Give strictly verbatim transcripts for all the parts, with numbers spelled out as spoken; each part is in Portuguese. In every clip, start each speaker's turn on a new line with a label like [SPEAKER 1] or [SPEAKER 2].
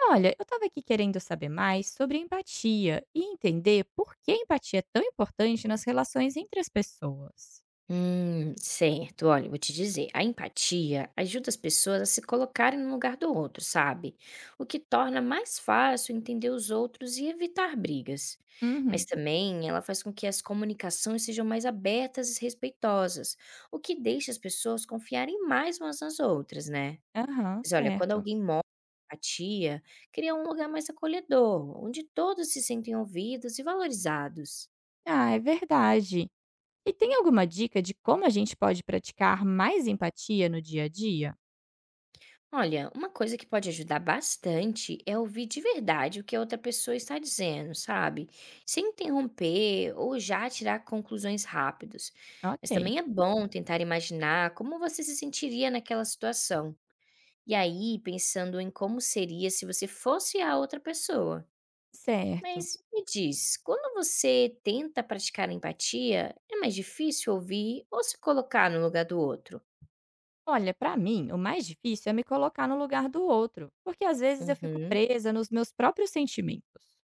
[SPEAKER 1] Olha, eu estava aqui querendo saber mais sobre empatia e entender por que a empatia é tão importante nas relações entre as pessoas.
[SPEAKER 2] Hum, certo. Olha, eu vou te dizer, a empatia ajuda as pessoas a se colocarem no lugar do outro, sabe? O que torna mais fácil entender os outros e evitar brigas. Mas
[SPEAKER 1] Uhum.
[SPEAKER 2] também ela faz com que as comunicações sejam mais abertas e respeitosas, o que deixa as pessoas confiarem mais umas nas outras, né?
[SPEAKER 1] Aham,
[SPEAKER 2] Mas olha, quando
[SPEAKER 1] certo.
[SPEAKER 2] alguém mostra empatia, cria um lugar mais acolhedor, onde todos se sentem ouvidos e valorizados.
[SPEAKER 1] Ah, é verdade. E tem alguma dica de como a gente pode praticar mais empatia no dia a dia?
[SPEAKER 2] Olha, uma coisa que pode ajudar bastante é ouvir de verdade o que a outra pessoa está dizendo, sabe? Sem interromper ou já tirar conclusões rápidas. Mas
[SPEAKER 1] Ok,
[SPEAKER 2] também é bom tentar imaginar como você se sentiria naquela situação. E aí, pensando em como seria se você fosse a outra pessoa.
[SPEAKER 1] certo.
[SPEAKER 2] Mas me diz, quando você tenta praticar empatia, é mais difícil ouvir ou se colocar no lugar do outro?
[SPEAKER 1] Olha, para mim, o mais difícil é me colocar no lugar do outro, porque às vezes eu fico
[SPEAKER 2] Uhum.
[SPEAKER 1] presa nos meus próprios sentimentos.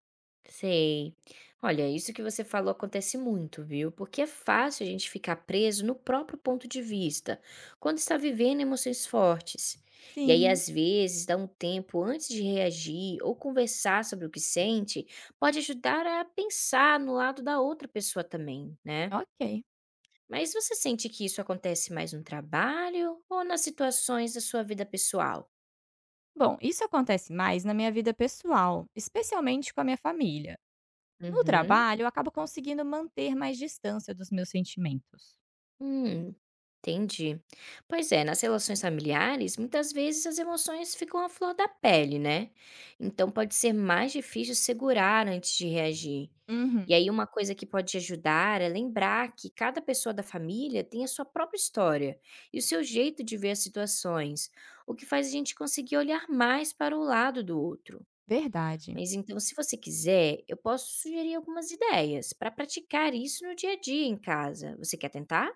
[SPEAKER 2] Sei. Olha, isso que você falou acontece muito, viu? Porque é fácil a gente ficar preso no próprio ponto de vista, quando está vivendo emoções fortes. E aí,
[SPEAKER 1] Sim,
[SPEAKER 2] às vezes, dar um tempo antes de reagir ou conversar sobre o que sente pode ajudar a pensar no lado da outra pessoa também, né?
[SPEAKER 1] ok.
[SPEAKER 2] Mas você sente que isso acontece mais no trabalho ou nas situações da sua vida pessoal?
[SPEAKER 1] Bom, isso acontece mais na minha vida pessoal, especialmente com a minha família. No
[SPEAKER 2] Uhum.
[SPEAKER 1] trabalho, eu acabo conseguindo manter mais distância dos meus sentimentos.
[SPEAKER 2] Hum, entendi. Pois é, nas relações familiares, muitas vezes as emoções ficam à flor da pele, né? Então pode ser mais difícil segurar antes de reagir.
[SPEAKER 1] Uhum,
[SPEAKER 2] E aí, uma coisa que pode te ajudar é lembrar que cada pessoa da família tem a sua própria história e o seu jeito de ver as situações, o que faz a gente conseguir olhar mais para o lado do outro.
[SPEAKER 1] verdade.
[SPEAKER 2] Mas então, se você quiser, eu posso sugerir algumas ideias para praticar isso no dia a dia em casa. Você quer tentar?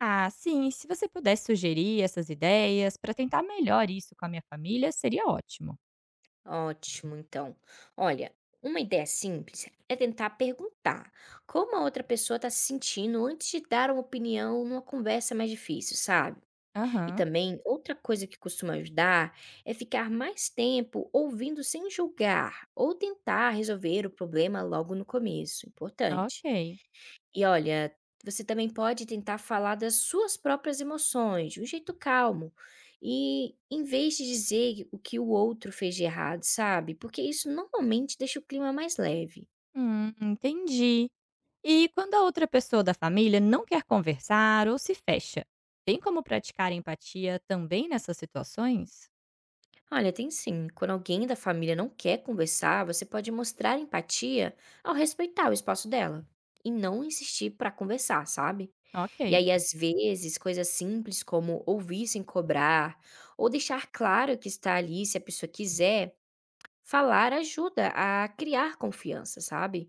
[SPEAKER 1] Ah, sim, se você pudesse sugerir essas ideias para tentar melhor isso com a minha família, seria ótimo.
[SPEAKER 2] Ótimo, então. Olha, uma ideia simples é tentar perguntar como a outra pessoa está se sentindo antes de dar uma opinião numa conversa mais difícil, sabe? E
[SPEAKER 1] Aham,
[SPEAKER 2] também, outra coisa que costuma ajudar é ficar mais tempo ouvindo sem julgar ou tentar resolver o problema logo no começo. Importante.
[SPEAKER 1] ok.
[SPEAKER 2] E olha, você também pode tentar falar das suas próprias emoções, de um jeito calmo. E em vez de dizer o que o outro fez de errado, sabe? Porque isso normalmente deixa o clima mais leve.
[SPEAKER 1] Hum, entendi. E quando a outra pessoa da família não quer conversar ou se fecha, tem como praticar empatia também nessas situações?
[SPEAKER 2] Olha, tem sim. Quando alguém da família não quer conversar, você pode mostrar empatia ao respeitar o espaço dela e não insistir para conversar, sabe? E
[SPEAKER 1] Ok.
[SPEAKER 2] aí, às vezes, coisas simples como ouvir sem cobrar ou deixar claro que está ali se a pessoa quiser falar ajuda a criar confiança, sabe?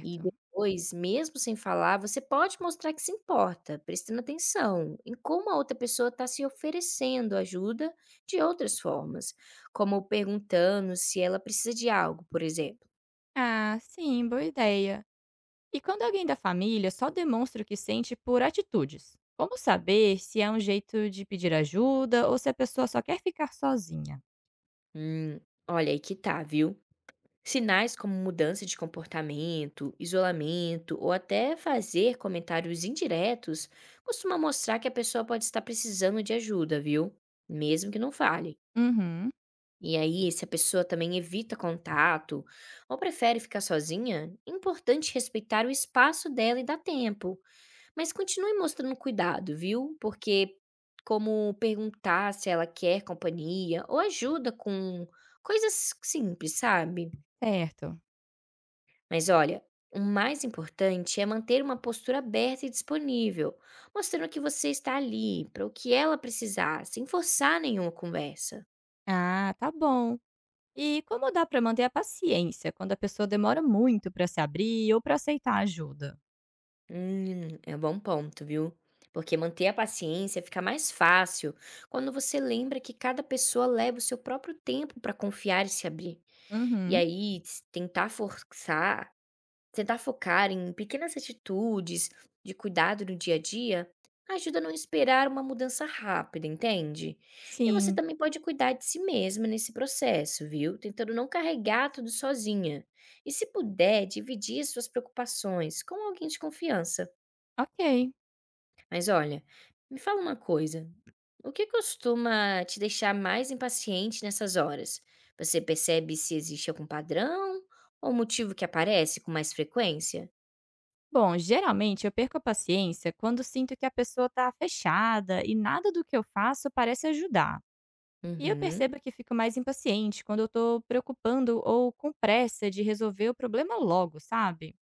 [SPEAKER 2] E depois, mesmo sem falar, você pode mostrar que se importa, prestando atenção em como a outra pessoa está se oferecendo ajuda de outras formas, como perguntando se ela precisa de algo, por exemplo.
[SPEAKER 1] Ah, sim, boa ideia. E quando alguém da família só demonstra o que sente por atitudes? Como saber se é um jeito de pedir ajuda ou se a pessoa só quer ficar sozinha?
[SPEAKER 2] Hum, olha aí que tá, viu? Sinais como mudança de comportamento, isolamento ou até fazer comentários indiretos costuma mostrar que a pessoa pode estar precisando de ajuda, viu? Mesmo que não fale.
[SPEAKER 1] Uhum,
[SPEAKER 2] E aí, se a pessoa também evita contato ou prefere ficar sozinha, é importante respeitar o espaço dela e dar tempo. Mas continue mostrando cuidado, viu? Porque, como perguntar se ela quer companhia ou ajuda com coisas simples, sabe?
[SPEAKER 1] certo.
[SPEAKER 2] Mas olha. O mais importante é manter uma postura aberta e disponível, mostrando que você está ali para o que ela precisar, sem forçar nenhuma conversa.
[SPEAKER 1] Ah, tá bom. E como dá pra manter a paciência quando a pessoa demora muito pra se abrir ou pra aceitar ajuda?
[SPEAKER 2] Hum, é um bom ponto, viu? Porque manter a paciência fica mais fácil quando você lembra que cada pessoa leva o seu próprio tempo para confiar e se abrir. E
[SPEAKER 1] Uhum,
[SPEAKER 2] aí, s- tentar forçar, tentar focar em pequenas atitudes de cuidado no dia a dia ajuda a não esperar uma mudança rápida, entende? E você
[SPEAKER 1] sim.
[SPEAKER 2] também pode cuidar de si mesma nesse processo, viu? Tentando não carregar tudo sozinha. E se puder, dividir suas preocupações com alguém de confiança.
[SPEAKER 1] Ok.
[SPEAKER 2] Mas olha, me fala uma coisa, o que costuma te deixar mais impaciente nessas horas? Você percebe se existe algum padrão ou motivo que aparece com mais frequência?
[SPEAKER 1] Bom, geralmente eu perco a paciência quando sinto que a pessoa tá fechada e nada do que eu faço parece ajudar. E eu
[SPEAKER 2] Uhum.
[SPEAKER 1] percebo que fico mais impaciente quando eu tô preocupando ou com pressa de resolver o problema logo, sabe?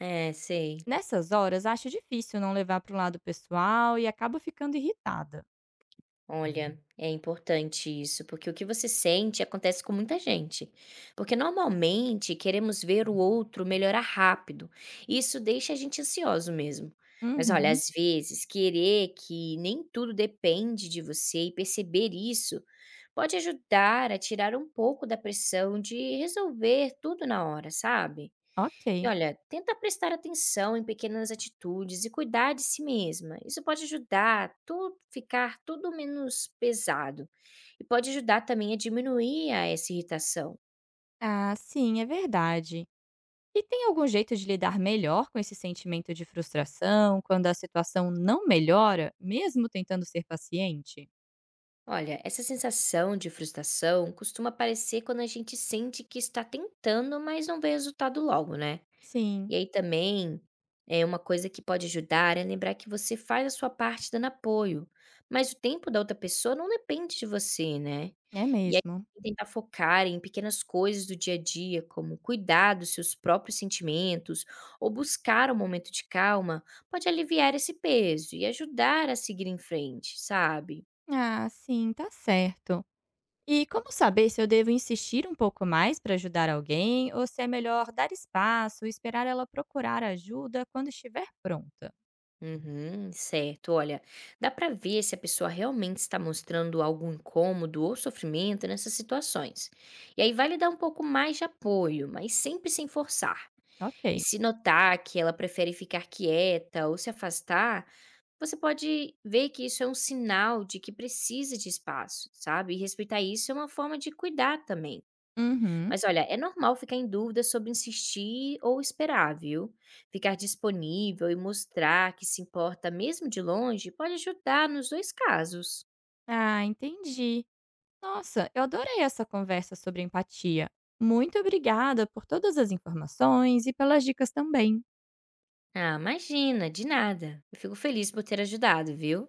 [SPEAKER 2] É, sei.
[SPEAKER 1] Nessas horas, acho difícil não levar pro lado pessoal e acabo ficando irritada.
[SPEAKER 2] Olha, é importante isso, porque o que você sente acontece com muita gente. Porque normalmente queremos ver o outro melhorar rápido. E isso deixa a gente ansioso mesmo. Mas olha,
[SPEAKER 1] Uhum,
[SPEAKER 2] às vezes querer que nem tudo depende de você e perceber isso pode ajudar a tirar um pouco da pressão de resolver tudo na hora, sabe? E
[SPEAKER 1] ok.
[SPEAKER 2] olha, tenta prestar atenção em pequenas atitudes e cuidar de si mesma. Isso pode ajudar a tu ficar tudo menos pesado e pode ajudar também a diminuir a essa irritação.
[SPEAKER 1] Ah, sim, é verdade. E tem algum jeito de lidar melhor com esse sentimento de frustração quando a situação não melhora, mesmo tentando ser paciente?
[SPEAKER 2] Olha, essa sensação de frustração costuma aparecer quando a gente sente que está tentando, mas não vê resultado logo, né?
[SPEAKER 1] Sim,
[SPEAKER 2] E aí também, é uma coisa que pode ajudar é lembrar que você faz a sua parte dando apoio, mas o tempo da outra pessoa não depende de você, né.
[SPEAKER 1] é
[SPEAKER 2] E aí
[SPEAKER 1] mesmo.
[SPEAKER 2] tentar focar em pequenas coisas do dia a dia, como cuidar dos seus próprios sentimentos ou buscar um momento de calma, pode aliviar esse peso e ajudar a seguir em frente, sabe.
[SPEAKER 1] Ah, sim, tá certo. E como saber se eu devo insistir um pouco mais para ajudar alguém ou se é melhor dar espaço e esperar ela procurar ajuda quando estiver pronta?
[SPEAKER 2] Uhum, certo. Olha, dá para ver se a pessoa realmente está mostrando algum incômodo ou sofrimento nessas situações. E aí vale dar um pouco mais de apoio, mas sempre sem forçar. E
[SPEAKER 1] Ok.
[SPEAKER 2] se notar que ela prefere ficar quieta ou se afastar, você pode ver que isso é um sinal de que precisa de espaço, sabe? E respeitar isso é uma forma de cuidar também.
[SPEAKER 1] Uhum.
[SPEAKER 2] Mas olha, é normal ficar em dúvida sobre insistir ou esperar, viu? Ficar disponível e mostrar que se importa mesmo de longe pode ajudar nos dois casos.
[SPEAKER 1] Ah, entendi. Nossa, eu adorei essa conversa sobre empatia. Muito obrigada por todas as informações e pelas dicas também.
[SPEAKER 2] Ah, imagina, de nada. Eu fico feliz por ter ajudado, viu?